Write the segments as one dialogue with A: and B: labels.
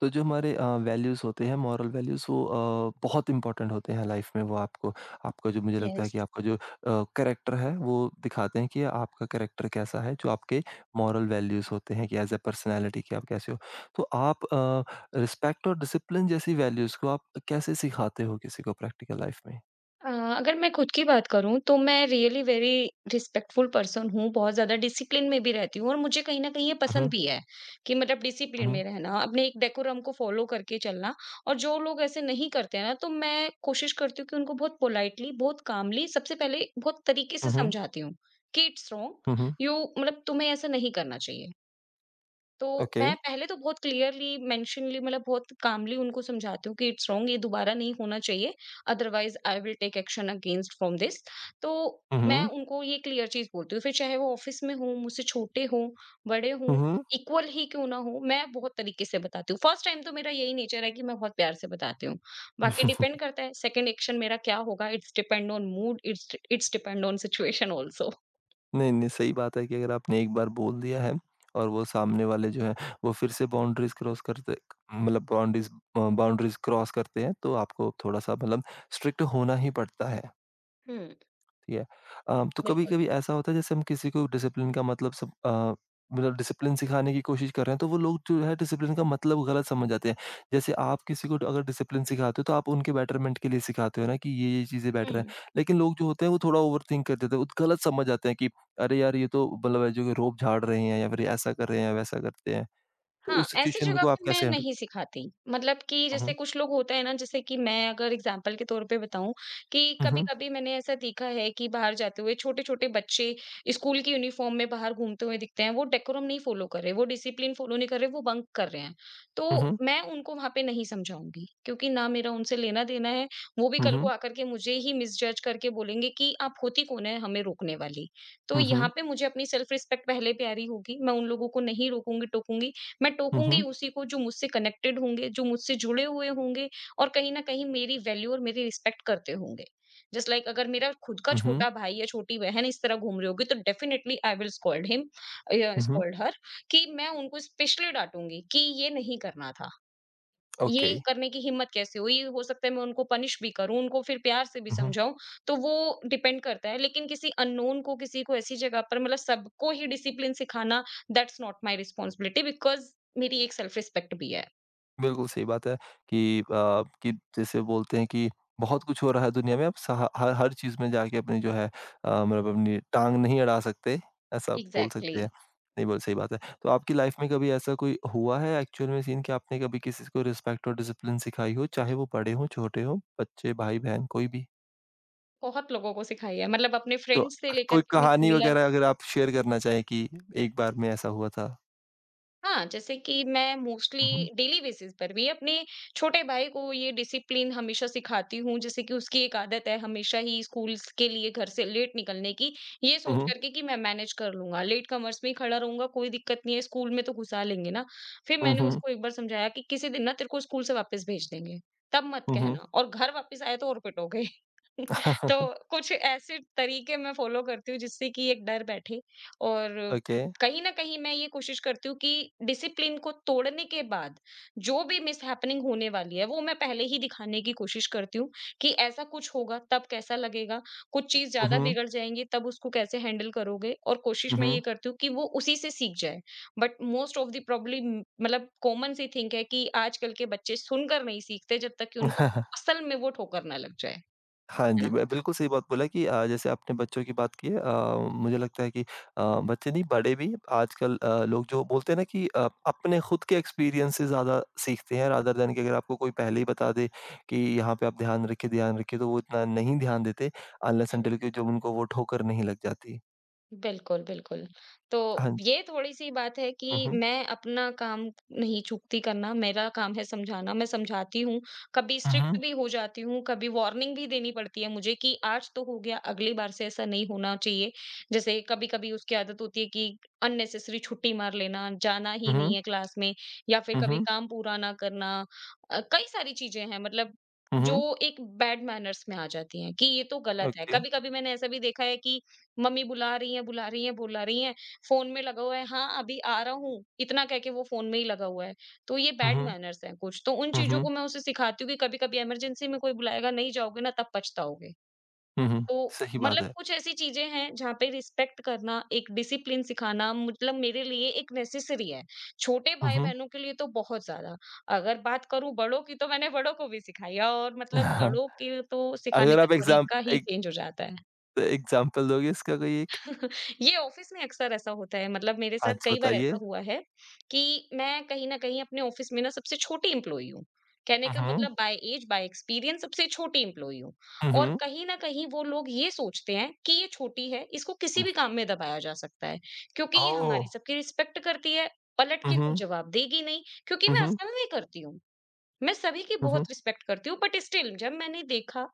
A: तो जो हमारे वैल्यूज़ होते हैं मॉरल वैल्यूज़ वो बहुत इंपॉर्टेंट होते हैं लाइफ में वो आपको आपका जो मुझे लगता है
B: यस,
A: कि आपका जो कैरेक्टर है वो दिखाते हैं कि आपका कैरेक्टर कैसा है जो आपके मॉरल वैल्यूज़ होते हैं कि एज अ पर्सनैलिटी कि आप कैसे हो। तो आप रिस्पेक्ट और डिसिप्लिन जैसी वैल्यूज़ को आप कैसे सिखाते हो किसी को प्रैक्टिकल लाइफ में?
B: अ, अगर मैं खुद की बात करूँ तो मैं रियली वेरी रिस्पेक्टफुल पर्सन हूँ, बहुत ज़्यादा डिसिप्लिन में भी रहती हूँ और मुझे कहीं न कहीं ये
A: हुँ,
B: पसंद भी है कि मतलब डिसिप्लिन
A: हुँ। हुँ,
B: में रहना, अपने एक डेकोरम को फ़ॉलो करके चलना। और जो लोग ऐसे नहीं करते हैं ना, तो मैं कोशिश करती हूँ कि उनको बहुत पोलाइटली, बहुत कामली सबसे पहले बहुत तरीके से
A: हुँ। हुँ,
B: समझाती हूँ कि इट्स रॉन्ग,
A: हुँ। हुँ।
B: यू मतलब तुम्हें ऐसा नहीं करना चाहिए। तो
A: ओके।
B: मैं पहले तो बहुत क्लियरली मेंशनली मतलब बहुत कामली उनको समझाती हूँ कि इट्स रॉन्ग ये दोबारा नहीं होना चाहिए, otherwise I will take action against from this. तो
A: हुँ,
B: मैं
A: हुँ।
B: उनको ये क्लियर चीज बोलती हूँ, फिर चाहे वो ऑफिस में हो, मुझसे छोटे हो, बड़े हो,
A: हुँ, हुँ।
B: इक्वल ही क्यों ना हो। मैं बहुत तरीके से बताती हूँ फर्स्ट टाइम, तो मेरा यही नेचर है कि मैं बहुत प्यार से बताती हूँ। बाकी डिपेंड करता है सेकंड एक्शन मेरा क्या होगा, it's depend on mood, it's it's depend on situation also.
A: नहीं, नहीं, सही बात है कि अगर आपने एक बार बोल दिया है और वो सामने वाले जो हैं, वो फिर से बाउंड्रीज़ क्रॉस करते, मतलब बाउंड्रीज़, बाउंड्रीज़ क्रॉस करते हैं, तो आपको थोड़ा-सा मतलब स्ट्रिक्ट होना ही पड़ता है।
B: हम्म।
A: ठीक है। तो
B: बिल्कुल।
A: कभी-कभी ऐसा होता है जैसे हम किसी को डिसिप्लिन का मतलब डिसिप्लिन सिखाने की कोशिश कर रहे हैं तो वो लोग जो है डिसिप्लिन का मतलब गलत समझ जाते हैं। जैसे आप किसी को अगर डिसिप्लिन सिखाते हो तो आप उनके बेटरमेंट के लिए सिखाते हो ना कि ये चीज़ें बेटर हैं।
B: हम्म।
A: लेकिन लोग जो होते हैं वो थोड़ा ओवरथिंक कर देते हैं, वो गलत समझ जाते हैं कि अरे यार ये तो मतलब है जो रोब झाड़ रहे हैं या फिर ये ऐसा कर रहे हैं, वैसा करते हैं। तो
B: हाँ,
A: उस
B: ऐसी
A: सिचुएशन में
B: जगह
A: को आप
B: पे मैं
A: कैसे हैंडल।
B: नहीं सिखाती। मतलब कि
A: हुँ,
B: जैसे
A: हुँ।
B: कुछ लोग होते हैं ना, जैसे कि मैं अगर एग्ज़ाम्पल के तौर पे बताऊँ कि
A: हुँ, हुँ।
B: कभी-कभी मैंने ऐसा देखा है कि बाहर जाते हुए छोटे-छोटे बच्चे स्कूल की यूनिफ़ॉर्म में बाहर घूमते हुए दिखते हैं। वो डेकोरम नहीं फ़ॉलो कर रहे, वो डिसिप्लिन फ़ॉलो नहीं कर रहे, वो बंक कर रहे हैं। तो
A: हुँ, हुँ।
B: मैं उनको वहाँ पे नहीं समझाऊँगी, क्योंकि ना मेरा उनसे लेना-देना है, वो भी कल को आकर के मुझे ही मिसजज करके बोलेंगे कि आप होती कौन है हमें रोकने वाली। तो
A: हुँ,
B: यहाँ
A: हुँ।
B: पे मुझे अपनी सेल्फ़ रिस्पेक्ट पहले प्यारी होगी, मैं उन लोगों को नहीं रोकूँगी, टोकूँगी। मैं
A: हुँ,
B: टोकूँगी
A: हुँ।
B: उसी को जो मुझसे कनेक्टेड होंगे, जो मुझसे जुड़े हुए होंगे और कहीं न कहीं मेरी वैल्यू और मेरी रिस्पेक्ट करते होंगे। जस्ट लाइक, अगर मेरा खुद का
A: हुँ, हुँ। हुँ, हुँ।
B: छोटा भाई या छोटी बहन इस तरह घूम रही होगी तो definitely I will scold him या
A: हुँ, हुँ।
B: स्कॉल्ड हर। कि मैं उनको स्पेशली डाँटूँगी कि ये नहीं करना था। ये
A: ओके।
B: करने की हिम्मत कैसे हुई? हो सकता है मैं उनको पनिश भी करूँ, उनको फिर प्यार से भी
A: हुँ, हुँ।
B: समझाऊँ, तो वो डिपेंड करता है। लेकिन किसी अननोन को, किसी को ऐसी जगह पर मतलब सबको ही डिसिप्लिन सिखाना, that's not my responsibility because मेरी एक सेल्फ रिस्पेक्ट भी है।
A: बिल्कुल सही बात है कि कि जैसे बोलते हैं कि बहुत कुछ हो रहा है दुनिया में आप सहा हर हर चीज़ में जाके अपनी जो है मतलब अपनी टाँग नहीं अड़ा सकते, ऐसा बोल
B: एग्ज़ैक्टली।
A: सकते हैं। नहीं बोल सही बात है। तो आपकी लाइफ़ में कभी ऐसा कोई हुआ है एक्चुअल में सीन कि आपने कभी किसी को रिस्पेक्ट और डिसिप्लिन सिखाई हो, चाहे वो बड़े हों, छोटे हों, बच्चे, भाई-बहन कोई भी?
B: बहुत लोगों को सिखाई है, मतलब अपने
A: तो
B: फ्रेंड्स से लेकर
A: कोई
B: के अपनी
A: कहानी
B: सिमिलर।
A: वगैरह अगर आप शेयर करना चाहें कि एक बार में ऐसा हुआ था?
B: हाँ, जैसे कि मैं मोस्टली
A: हुँ, हुँ।
B: डेली बेसिस पर भी अपने छोटे भाई को ये डिसिप्लिन हमेशा सिखाती हूँ। जैसे कि उसकी एक आदत है हमेशा ही स्कूल्स के लिए घर से लेट निकलने की, ये
A: हुँ,
B: सोच
A: हुँ।
B: कर के कि मैं मैनेज कर लूँगा। लेट कमर्स में ही खड़ा रहूँगा, कोई दिक्कत नहीं है, स्कूल में तो घुसा लेंगे ना। फिर
A: हुँ,
B: मैंने
A: हुँ।
B: उसको एक बार समझाया कि किसी दिन ना तेरे को स्कूल से वापस भेज देंगे, तब मत
A: हुँ, हुँ।
B: कहना, और घर वापस आए तो और पिटोगे। तो कुछ ऐसे तरीके मैं फ़ॉलो करती हूँ जिससे कि एक डर बैठे। और
A: ओके।
B: कहीं न कहीं मैं ये कोशिश करती हूँ कि डिसिप्लिन को तोड़ने के बाद, जो भी मिसहैपनिंग होने वाली है, वो मैं पहले ही दिखाने की कोशिश करती हूँ कि ऐसा कुछ होगा तब कैसा लगेगा, कुछ चीज़
A: हुँ,
B: ज़्यादा
A: हुँ।
B: बिगड़ जाएँगी तब उसको कैसे हैंडल करोगे, और कोशिश
A: हुँ,
B: मैं ये
A: हुँ।
B: करती हूँ कि वो उसी से सीख जाए। But most of the probably मतलब कॉमन सी थिंग है कि आजकल के बच्चे सुनकर नहीं सीखते जब तक कि उनको असल में वो ठोकर ना लग जाए,
A: हाँ जी,
B: है
A: मैं बिल्कुल सही बात बोला कि जैसे आपने बच्चों की बात की है, मुझे लगता है कि बच्चे नहीं बड़े भी आजकल, लोग जो बोलते हैं ना कि अपने खुद के एक्सपीरियंस से ज़्यादा सीखते हैं रादर दैन कि अगर आपको कोई पहले ही बता दे कि यहाँ पे आप ध्यान रखिए तो वो इतना नहीं ध्यान देते अनलेस
B: ना?
A: अनटिल कि जब उनको वो ठोकर नहीं लग जाती।
B: बिल्कुल, बिल्कुल। तो
A: हाँ जी।
B: ये थोड़ी-सी बात है कि
A: हुँ, हुँ।
B: मैं अपना काम नहीं चूकती करना, मेरा काम है समझाना, मैं समझाती हूँ, कभी
A: हुँ,
B: स्ट्रिक्ट
A: हुँ।
B: भी हो जाती हूँ, कभी वार्निंग भी देनी पड़ती है मुझे कि आज तो हो गया, अगली बार से ऐसा नहीं होना चाहिए। जैसे कभी-कभी उसकी आदत होती है कि अननेसेसरी छुट्टी मार लेना, जाना ही नहीं
A: हुँ,
B: है क्लास में, या फिर
A: हुँ।
B: कभी
A: हुँ,
B: काम पूरा ना करना। कई सारी चीज़ें हैं, मतलब
A: हुँ।
B: जो
A: हुँ।
B: एक बैड मैनर्स में आ जाती हैं कि ये तो गलत है।
A: ओके।
B: कभी-कभी मैंने ऐसा भी देखा है कि मम्मी बुला रही हैं बुला रही हैं बुला रही हैं, फोन में लगा हुआ है, हाँ अभी आ रहा हूँ इतना कह के वो फोन में ही लगा हुआ है। तो ये
A: हुँ,
B: बैड
A: हुँ।
B: मैनर्स है कुछ, तो उन
A: हुँ,
B: चीजों
A: हुँ।
B: को मैं उसे सिखाती हूँ कि कभी कभी इमरजेंसी में कोई बुलाएगा, नहीं जाओगे ना तब पछताओगे।
A: हुँ, हुँ।
B: तो
A: सही बात
B: मतलब
A: है।
B: कुछ ऐसी चीजें हैं जहाँ पे रिस्पेक्ट करना, एक डिसिप्लिन सिखाना मतलब मेरे लिए एक नेसेसरी है। छोटे
A: हुँ,
B: भाई
A: हुँ।
B: बहनों के लिए तो बहुत ज्यादा। अगर बात करूं बड़ों की, तो मैंने बड़ों को भी सिखाया, और मतलब बड़ों के तो सिखाने
A: अगर
B: का
A: आप
B: तरीका ही
A: एक
B: चेंज हो जाता है।
A: एग्ज़ाम्पल दोगे इसका कोई एक?
B: ये ऑफिस में अक्सर ऐसा होता है, मतलब मेरे
A: हाँ
B: साथ
A: जी,
B: कई बार ऐसा
A: बताइए।
B: हुआ है कि मैं कहीं न कहीं अपने ऑफिस में ना सबसे छोटी एम्प्लॉयी हूँ। कहने का
A: हुँ, हुँ।
B: मतलब बाय ऐज बाय एक्सपीरियंस सबसे छोटी एम्प्लॉयी हूँ।
A: हुँ,
B: और
A: हुँ।
B: कहीं न कहीं वो लोग ये सोचते हैं कि ये छोटी है, इसको किसी
A: हुँ।
B: भी काम में दबाया जा सकता है, क्योंकि ये
A: ओह!
B: हमारी सबकी रिस्पेक्ट करती है, पलट
A: हुँ,
B: के कुछ
A: हुँ।
B: जवाब देगी नहीं, क्योंकि
A: हुँ,
B: मैं
A: हुँ।
B: असल में करती हूँ। मैं सभी की
A: हुँ, हुँ।
B: बहुत रिस्पेक्ट करती हूँ, बट स्टिल जब मैंने देखा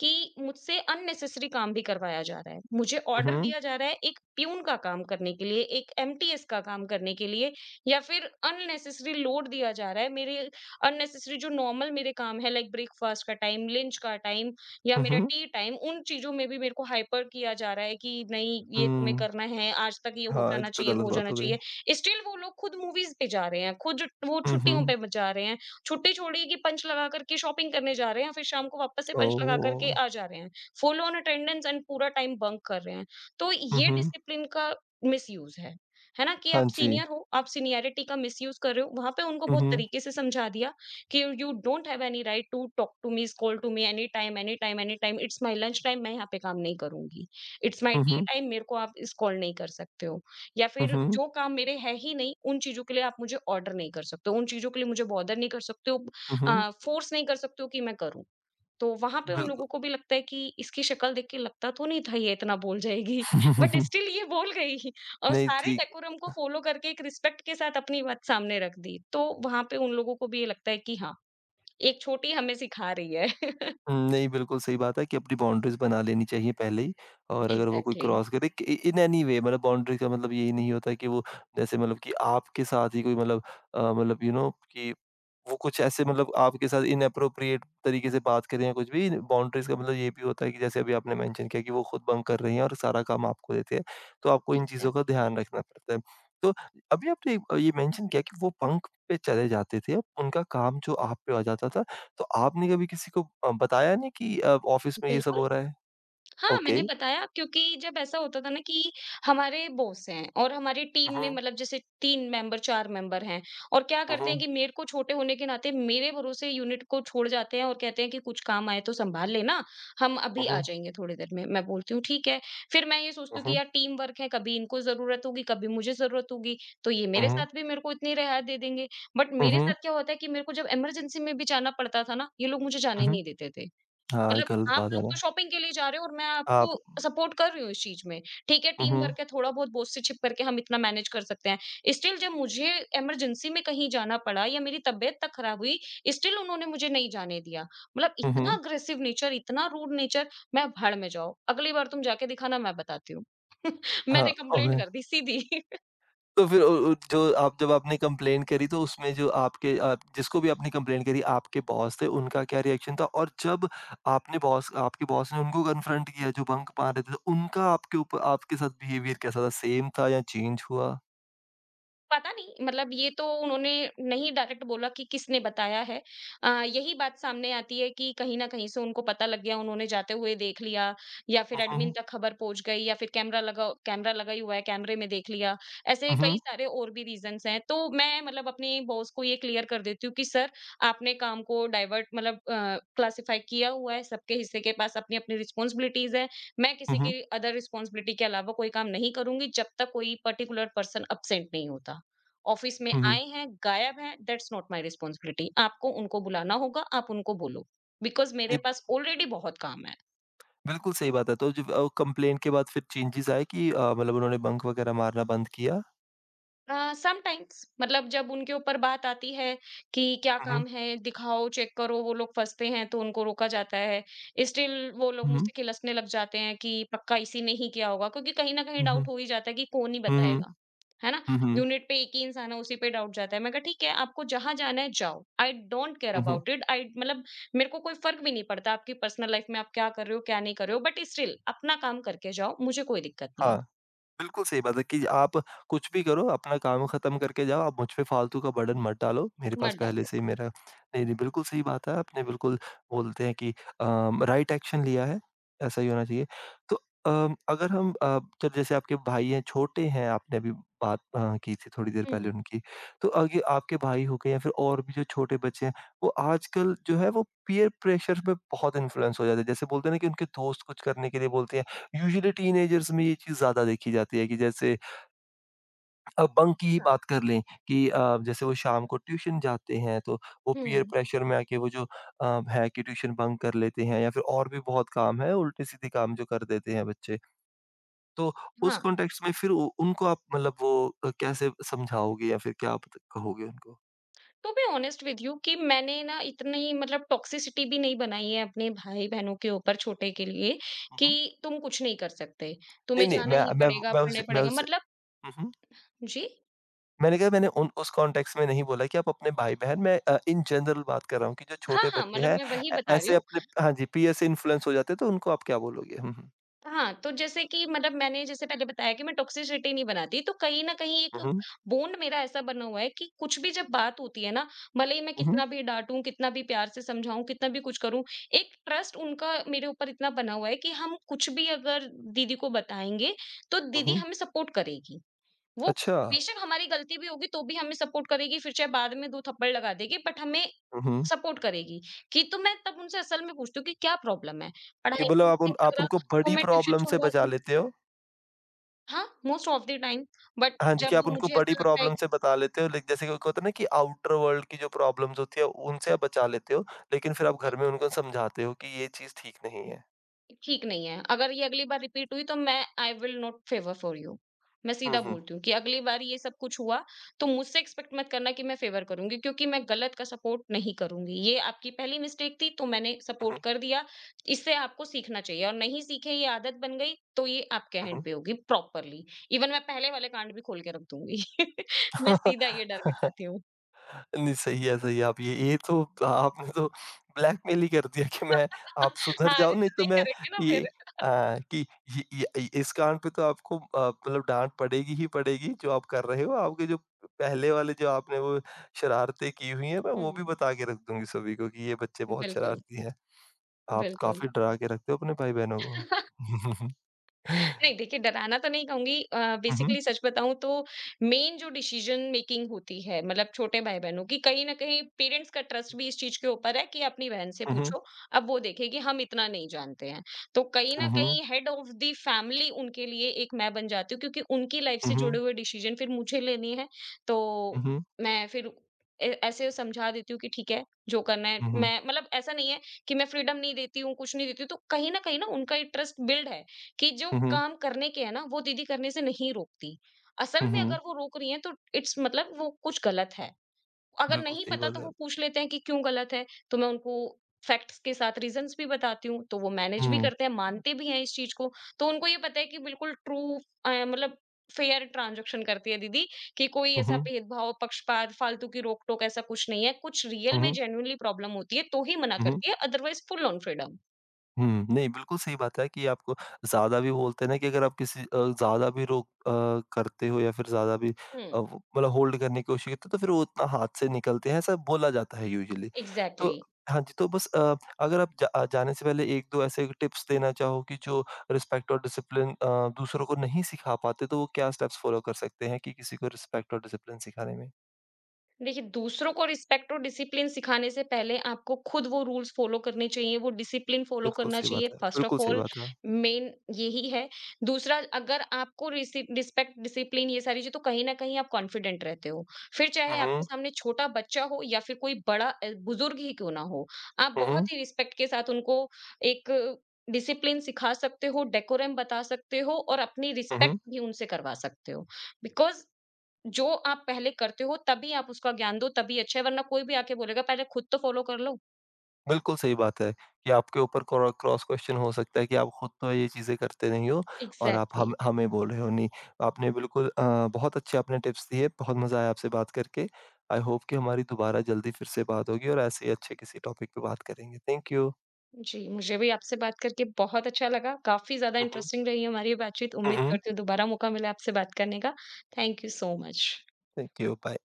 B: कि मुझसे अननेसेसरी काम भी करवाया जा रहा है, मुझे
A: हुँ,
B: ऑर्डर
A: हुँ।
B: दिया जा रहा है एक प्यून का काम करने के लिए, एक एमटीएस का काम करने के लिए, या फिर अननेसेसरी लोड दिया जा रहा है मेरे, अननेसेसरी जो नॉर्मल मेरे काम है लाइक ब्रेकफास्ट का टाइम, लंच का टाइम या
A: हुँ,
B: मेरा
A: हुँ।
B: टी टाइम, उन चीजों में भी मेरे को हाइपर किया जा रहा है कि नहीं ये तुम्हें
A: हुँ।
B: करना है, आज तक ये हो
A: हाँ, एक
B: जाना
A: तो
B: चाहिए, वो
A: गलत
B: हो
A: बात
B: जाना
A: हो गई।
B: चाहिए, स्टिल वो लोग खुद मूवीज पे जा रहे हैं, खुद वो
A: हुँ,
B: छुट्टियों
A: हुँ।
B: पे जा रहे हैं। छुट्टी छोड़ी कि पंच लगा कर के शॉपिंग करने जा रहे हैं, फिर शाम को वापस से पंच लगा कर के
A: ओह!
B: आ जा रहे हैं। फुल ऑन अटेंडेंस एंड पूरा टाइम बंक कर रहे हैं। तो
A: हुँ,
B: ये
A: हुँ।
B: डिसिप्लिन का मिसयूज़ है। है ना? कि आप
A: हाँ जी।
B: सीनियर हो, आप सीनियरिटी का मिसयूज़ कर रहे हो। वहाँ पे उनको
A: हुँ,
B: बहुत
A: हुँ।
B: तरीके से समझा दिया कि you don't have any right to talk to me, scold to me any time, any time, any time. It's my lunch time, मैं यहाँ पे काम नहीं करूँगी। इट्स माय
A: हुँ,
B: टी
A: हुँ।
B: टाइम, मेरे को आप स्कोल्ड नहीं कर सकते हो। या
A: हुँ,
B: फिर
A: हुँ।
B: जो काम मेरे है ही नहीं, उन चीज़ों के लिए आप मुझे ऑर्डर नहीं कर सकते हो, उन चीज़ों के लिए मुझे बॉदर नहीं कर सकते हो,
A: हुँ, हुँ।
B: फोर्स नहीं कर सकते हो कि मैं करूँ। तो वहाँ पे उन
A: बिल्कु
B: लोगों को भी लगता है कि इसकी शक्ल देख के लगता तो नहीं था ये इतना बोल जाएगी, बट स्टिल ये बोल गई और
A: नहीं
B: सारे
A: ठीक।
B: डेकोरम को फ़ॉलो करके एक रिस्पेक्ट के साथ अपनी बात सामने रख दी। तो वहाँ पे उन लोगों को भी ये लगता है कि हाँ, एक छोटी हमें सिखा रही है।
A: नहीं, बिल्कुल सही बात है कि अपनी बाउंड्रीज़ बना लेनी चाहिए पहले ही, और अगर वो कोई
B: एग्ज़ैक्टली।
A: क्रॉस करे कि इ इन एनी वे, मतलब बाउंड्री का मतलब यही नहीं होता कि वो जैसे मतलब कि आपके साथ ही कोई मतलब मतलब यू नो कि वो कुछ ऐसे मतलब आपके साथ इनएप्रोप्रिएट तरीके से बात करें या कुछ भी, बाउंड्रीज़ का मतलब ये भी होता है कि जैसे अभी आपने मेंशन किया कि वो खुद बंक कर रही हैं और सारा काम आपको देते हैं, तो आपको इन चीज़ों का
B: एग्ज़ैक्टली, एग्ज़ैक्टली।
A: ध्यान रखना पड़ता है। तो अभी आपने ये मेंशन किया कि वो बंक पे चले जाते थे, अब उनका काम जो आप पे आ जाता था, तो आपने कभी किसी को बताया नहीं कि ऑफ़िस में ये सब
B: बिल्कुल,
A: हो रहा है?
B: हाँ,
A: ओके।
B: मैंने बताया क्योंकि जब ऐसा होता था ना कि हमारे बॉस हैं और हमारी टीम में
A: उहुँ,
B: मतलब जैसे 3 मेंबर 4 मेंबर हैं, और क्या करते
A: उहुँ,
B: हैं कि मेरे को छोटे होने के नाते मेरे भरोसे यूनिट को छोड़ जाते हैं, और कहते हैं कि कुछ काम आए तो संभाल लेना, हम अभी आ
A: उहुँ,
B: जाएँगे थोड़ी देर में। मैं बोलती हूँ ठीक है, फिर मैं ये सोचती हूँ कि
A: उहुँ,
B: यार टीम वर्क है, कभी इनको ज़रूरत होगी, कभी मुझे ज़रूरत होगी, तो ये मेरे
A: उहुँ,
B: साथ भी मेरे को इतनी रियायत दे देंगे। बट मेरे
A: उहुँ,
B: साथ क्या होता है कि मेरे को जब इमरजेंसी में भी जाना पड़ता था ना, ये लोग मुझे जाने
A: उहुँ।
B: नहीं देते थे।
A: हाँ, ये
B: मतलब
A: गलत
B: आप
A: बात है
B: लोग तो
A: ना।
B: शॉपिंग के लिए जा रहे हो और मैं
A: आप
B: आपको सपोर्ट कर रही हूँ इस चीज़ में। ठीक है, टीम
A: उहुँ,
B: वर्क है, थोड़ा बहुत बॉस से छिप करके हम इतना मैनेज कर सकते हैं। स्टिल जब मुझे इमरजेंसी में कहीं जाना पड़ा या मेरी तबीयत तक खराब हुई, स्टिल उन्होंने मुझे नहीं जाने दिया। मतलब
A: उहुँ।
B: इतना अग्रेसिव नेचर, इतना रूड नेचर, मैं भाड़ में जाओ। अगली बार तुम जाके दिखाना मैं बताती हूँ।
A: हाँ,
B: मैंने कंप्लेंट
A: ओके।
B: कर दी सीधी।
A: तो फिर उ उ जो आप जब आपने कंप्लेन करी तो उसमें जो आपके, जिसको भी आपने कंप्लेन करी आपके बॉस थे, उनका क्या रिएक्शन था? और जब आपने बॉस आपके बॉस ने उनको कन्फ्रंट किया जो बंक मार रहे थे, तो उनका आपके ऊपर आपके साथ बिहेवियर कैसा था? सेम था या चेंज हुआ?
B: पता नहीं, मतलब ये तो उन्होंने नहीं डायरेक्ट बोला कि किसने बताया है। यही बात सामने आती है कि कहीं न कहीं से उनको पता लग गया, उन्होंने जाते हुए देख लिया, या फिर
A: हुँ,
B: एडमिन
A: हुँ।
B: तक खबर पहुँच गई, या फिर कैमरा लगा ही हुआ है, कैमरे में देख लिया। ऐसे
A: हुँ,
B: कई
A: हुँ।
B: सारे और भी रीज़न्स हैं। तो मैं मतलब अपने बॉस को ये क्लियर कर देती हूँ कि सर, आपने काम को डाइवर्ट मतलब क्लासिफ़ाई किया हुआ है, सबके हिस्से के पास अपनी-अपनी रिस्पॉन्सिबिलिटीज़ हैं। मैं
A: हुँ,
B: किसी
A: हुँ।
B: की अदर रिस्पॉन्सिबिलिटी के अलावा कोई काम नहीं करूँगी जब तक कोई पर्टिकुलर पर्सन अब्सेंट नहीं होता। ऑफिस में
A: हुँ, हुँ।
B: आए हैं, गायब हैं, दैट्स नॉट माय रिस्पांसिबिलिटी, आपको उनको बुलाना होगा, आप उनको बोलो बिकॉज़ मेरे
A: जी,
B: पास ऑलरेडी बहुत काम है।
A: बिल्कुल सही बात है। तो जब कंप्लेन के बाद फिर चेंजेस आए कि मतलब उन्होंने बंक वगैरह मारना बंद किया?
B: समटाइम्स जब उनके ऊपर बात आती है कि क्या
A: हुँ, हुँ।
B: काम है, दिखाओ, चेक करो, वो लोग फंसते हैं तो उनको रोका जाता है। स्टिल वो लोग
A: हुँ,
B: मुझसे खिलसने लग जाते हैं कि पक्का इसी ने ही किया होगा, क्योंकि कहीं ना कहीं
A: हुँ। हुँ,
B: डाउट हो ही जाता है कि कौन ही
A: हुँ।
B: बताएगा, है ना।
A: हुँ, हुँ।
B: यूनिट पे एक ही इंसान है, उसी पे डाउट जाता है। मैं कहा ठीक है, आपको जहां जाना है जाओ, आई डोंट केयर
A: हुँ, हुँ।
B: About it. आई मेरे को कोई फर्क भी नहीं पड़ता, आपकी पर्सनल लाइफ में आप क्या कर रहे हो क्या नहीं कर रहे हो, बट स्टिल अपना काम करके जाओ, मुझे कोई दिक्कत नहीं
A: हाँ।
B: है।
A: बिल्कुल सही बात है कि आप कुछ भी करो, अपना काम ख़त्म करके जाओ, आप मुझ पे फ़ालतू का बर्डन मत डालो, मेरे
B: मत
A: पास पहले
B: डालो।
A: से ही मेरा नहीं, नहीं, बिल्कुल सही बात है, आपने बिल्कुल बोलते हैं कि राइट एक्शन लिया है, ऐसा ही होना चाहिए। तो अगर हम तो जैसे आपके भाई हैं, छोटे हैं, आपने अभी बात की थी थोड़ी देर पहले
B: हम्म।
A: उनकी, तो आगे आपके भाई हो गए या फिर और भी जो छोटे बच्चे हैं, वो आजकल जो है वो पीयर प्रेशर में बहुत इन्फ्लुएंस हो जाते हैं। जैसे बोलते हैं ना कि उनके दोस्त कुछ करने के लिए बोलते हैं, यूजुअली टीनेजर्स में ये चीज़ ज़्यादा देखी जाती है कि जैसे अब बंक की ही
B: हाँ।
A: बात कर लें कि जैसे वो शाम को ट्यूशन जाते हैं तो वो पीयर
B: हम्म।
A: प्रेशर में आके वो जो है कि ट्यूशन बंक कर लेते हैं या फिर और भी बहुत काम है उल्टे-सीधे काम जो कर देते हैं बच्चे। तो उस
B: हाँ।
A: कॉन्टेक्स्ट में फिर उ उनको आप मतलब वो कैसे समझाओगे या फिर क्या आप कहोगे उनको?
B: To be honest with you, कि मैंने ना इतनी टॉक्सिसिटी भी नहीं बनाई है अपने भाई बहनों के ऊपर, छोटे के लिए
A: हुँ,
B: कि
A: हुँ।
B: तुम कुछ नहीं कर सकते,
A: नहीं,
B: तुम्हें
A: नहीं
B: जाना
A: मैं
B: ही
A: मैं
B: पड़ेगा,
A: मैं
B: पढ़ने
A: उस मैं
B: पड़ेगा
A: उस। हुँ, हुँ।
B: जी।
A: मैंने कहा मैंने उन उस कॉन्टेक्स्ट में नहीं बोला कि आप अपने भाई-बहन, मैं इन जनरल बात कर रहा हूँ कि जो
B: हाँ,
A: छोटे
B: हाँ,
A: बच्चे हैं
B: मैं वही
A: ऐ
B: बता रही
A: ऐसे
B: हूँ।
A: अपने। हाँ जी, पीयर से इन्फ्लुएंस हो जाते हैं तो उनको आप क्या बोलोगे? हुँ, हुँ।
B: हाँ, तो जैसे कि मैंने जैसे पहले बताया कि मैं टॉक्सिसिटी नहीं बनाती, तो कहीं न कहीं एक
A: उहुँ,
B: बॉन्ड मेरा ऐसा बना हुआ है कि कुछ भी जब बात होती है ना, भले ही मैं
A: उहुँ,
B: कितना भी डाँटूँ, कितना भी प्यार से समझाऊँ, कितना भी कुछ करूँ, एक ट्रस्ट उनका मेरे ऊपर इतना बना हुआ है कि हम कुछ भी अगर दीदी को बताएँगे, तो दीदी
A: उहुँ।
B: हमें सपोर्ट करेगी। वो
A: अच्छा।
B: बेशक हमारी गलती भी होगी, तो भी हमें सपोर्ट करेगी, फिर चाहे बाद में 2 थप्पड़ लगा देगी, बट हमें
A: उहुँ।
B: सपोर्ट करेगी। कि तो मैं तब उनसे असल में पूछती हूँ कि क्या प्रॉब्लम है?
A: कि
B: पढ़ाई
A: मतलब
B: में मन नहीं लग
A: आप
B: रहा
A: उनको
B: तो
A: बड़ी
B: मैं ट्यूशन
A: प्रॉब्लम से
B: छुड़वा
A: बचा
B: दूँ।
A: लेते हो।
B: हाँ, most of the time, but
A: हाँ जी, कि
B: जब
A: आप
B: वो
A: उनको
B: मुझे
A: बड़ी
B: ऐसा लगता है
A: प्रॉब्लम से बता लेते हो, लाइक जैसे कि होता है ना कि आउटर वर्ल्ड की जो प्रॉब्लम्स होती है उनसे आप बचा लेते हो, लेकिन फिर आप घर में उनको समझाते हो कि ये चीज़ ठीक नहीं है।
B: ठीक नहीं है। अगर ये अगली बार रिपीट हुई तो मैं I will not favour for you. मैं
A: हुँ,
B: सीधा
A: हुँ।
B: बोलती हूँ कि अगली बार ये सब कुछ हुआ तो मुझसे एक्सपेक्ट मत करना कि मैं फेवर करूँगी, क्योंकि मैं गलत का सपोर्ट नहीं करूँगी। ये आपकी पहली मिस्टेक थी तो मैंने सपोर्ट
A: उहुँ,
B: कर दिया। इससे आपको सीखना चाहिए, और नहीं सीखे ये आदत बन गई तो ये आपके
A: उहुँ।
B: हैंड पे होगी प्रॉपरली। इवन मैं पहले वाले कांड भी खोल के रख दूँगी। मैं सीधा ये डर बिठाती हूँ।
A: नहीं, सही है, सही है। आप ये तो आपने तो ब्लैकमेल ही कर दिया कि मैं आप सुधर
B: हाँ,
A: जाओ
B: जैसे
A: नहीं तो
B: नहीं
A: मैं
B: करेंगे ना
A: ये,
B: फिर।
A: अ, कि इस कारण पे तो आपको मतलब डाँट पड़ेगी ही पड़ेगी जो आप कर रहे हो। आपके जो पहले वाले जो आपने वो शरारतें की हुई हैं, मैं वो
B: हुँ,
A: भी बता के रख दूँगी सभी को कि ये बच्चे बहुत
B: बिल्कुल,
A: शरारती हैं। आप
B: बिल्कुल।
A: काफ़ी डरा के रखते हो अपने भाई-बहनों को।
B: नहीं देखिए, डराना तो नहीं कहूँगी
A: हुँ, हुँ।
B: बेसिकली सच बताऊँ तो मेन जो डिसीजन मेकिंग होती है छोटे भाई-बहनों की, कहीं न कहीं पेरेंट्स का ट्रस्ट भी इस चीज़ के ऊपर है कि अपनी बहन से
A: हुँ, हुँ।
B: पूछो, अब वो देखेगी, हम इतना नहीं जानते हैं। तो कहीं न
A: हुँ, हुँ।
B: कहीं हेड ऑफ द फैमिली उनके लिए एक मैं बन जाती हूँ, क्योंकि उनकी लाइफ
A: हुँ,
B: से जुड़े
A: हुँ।
B: हुए डिसीजन फिर मुझे लेने हैं। तो
A: हुँ, हुँ।
B: मैं फिर ए ऐसे समझा देती हूँ कि ठीक है, जो करना है
A: हुँ, हुँ।
B: मैं ऐसा नहीं है कि मैं फ्रीडम नहीं देती हूँ, कुछ नहीं देती हूँ, तो कहीं न कहीं ना उनका एक ट्रस्ट बिल्ड है कि जो
A: हुँ, हुँ।
B: काम करने के हैं ना, वो दीदी करने से नहीं रोकती। असल
A: हुँ,
B: में अगर
A: हुँ।
B: वो रोक रही हैं तो इट्स वो कुछ गलत है। अगर
A: बिल्कुल
B: नहीं
A: सही
B: पता
A: बात
B: तो
A: है।
B: वो पूछ लेते हैं कि क्यों गलत है? तो मैं उनको फैक्ट्स के साथ रीज़न्स भी बताती हूँ, तो वो मैनेज भी
A: हुँ।
B: करते हैं, मानते भी हैं इस चीज़ को। तो उनको ये पता है कि बिल्कुल ट्रू अ, मतलब फेयर ट्रांज़ैक्शन करती है दीदी, कि कोई
A: हुँ,
B: ऐसा
A: हुँ।
B: भेदभाव, पक्षपात, फालतू की रोक-टोक ऐसा कुछ नहीं है। कुछ रियल
A: हुँ,
B: में
A: हुँ।
B: जेन्युइनली प्रॉब्लम होती है तो ही मना
A: हुँ, हुँ।
B: करती है, अदरवाइज़ फुल ऑन फ्रीडम।
A: हुँ, नहीं बिल्कुल सही बात है कि आपको ज़्यादा भी बोलते हैं ना कि अगर आप किसी ज़्यादा भी रोक करते हो या फिर ज़्यादा भी
B: हुँ।
A: वो मतलब होल्ड करने की कोशिश करते हो तो फिर वो उतना हाथ से निकलते हैं, ऐसा बोला जाता है यूजुअली।
B: एग्ज़ैक्टली।
A: तो हाँ जी, तो बस अगर आप जा जाने से पहले 1-2 ऐसे टिप्स देना चाहो कि जो रिस्पेक्ट और डिसिप्लिन दूसरों को नहीं सिखा पाते तो वो क्या स्टेप्स फॉलो कर सकते हैं कि किसी को रिस्पेक्ट और डिसिप्लिन सिखाने में?
B: देखिए, दूसरों को रिस्पेक्ट और डिसिप्लिन सिखाने से पहले आपको खुद वो रूल्स फ़ॉलो करने चाहिए, वो डिसिप्लिन फ़ॉलो
A: बिल्कुल
B: करना
A: सही
B: चाहिए
A: बात है,
B: फ़र्स्ट
A: बिल्कुल
B: ऑफ़
A: सही
B: ऑल।
A: बात है।
B: मेन यही है। दूसरा अगर आपको रिसि रिस्पेक्ट, डिसिप्लिन ये सारी चीज़ें, तो कहीं न कहीं आप कॉन्फिडेंट रहते हो। फिर चाहे
A: हुँ,
B: आपके
A: हुँ।
B: सामने छोटा बच्चा हो या फिर कोई बड़ा बुज़ुर्ग ही क्यों ना हो, आप
A: हुँ, हुँ।
B: बहुत ही रिस्पेक्ट के साथ उनको एक डिसिप्लिन सिखा सकते हो, डेकोरम बता सकते हो और अपनी
A: हुँ,
B: रिस्पेक्ट
A: हुँ।
B: भी उनसे करवा सकते हो। बिकॉज़ जो आप पहले करते हो, तभी आप उसका ज्ञान दो, तभी अच्छा है, वरना कोई भी आके बोलेगा पहले खुद तो फॉलो कर लो।
A: बिल्कुल सही बात है कि आपके ऊपर क्रो क्रॉस क्वेश्चन हो सकता है कि आप खुद तो ये चीज़ें करते नहीं हो और आप
B: एग्ज़ैक्टली।
A: हम हमें बोल रहे हो। नहीं, आपने बिल्कुल बहुत अच्छे आपने टिप्स दिए, बहुत मज़ा आया आपसे बात करके। आई होप कि हमारी दोबारा जल्दी फिर से बात होगी और ऐसे ही अच्छे किसी टॉपिक पे बात करेंगे। Thank you.
B: जी, मुझे भी आपसे बात करके बहुत अच्छा लगा। काफ़ी ज़्यादा
A: हुँ, हुँ।
B: इंटरेस्टिंग रही हमारी ये बातचीत।
A: हुँ,
B: उम्मीद
A: हुँ।
B: करती हूँ दोबारा मौका मिले आपसे बात करने का। Thank you so much.
A: Thank you. Bye.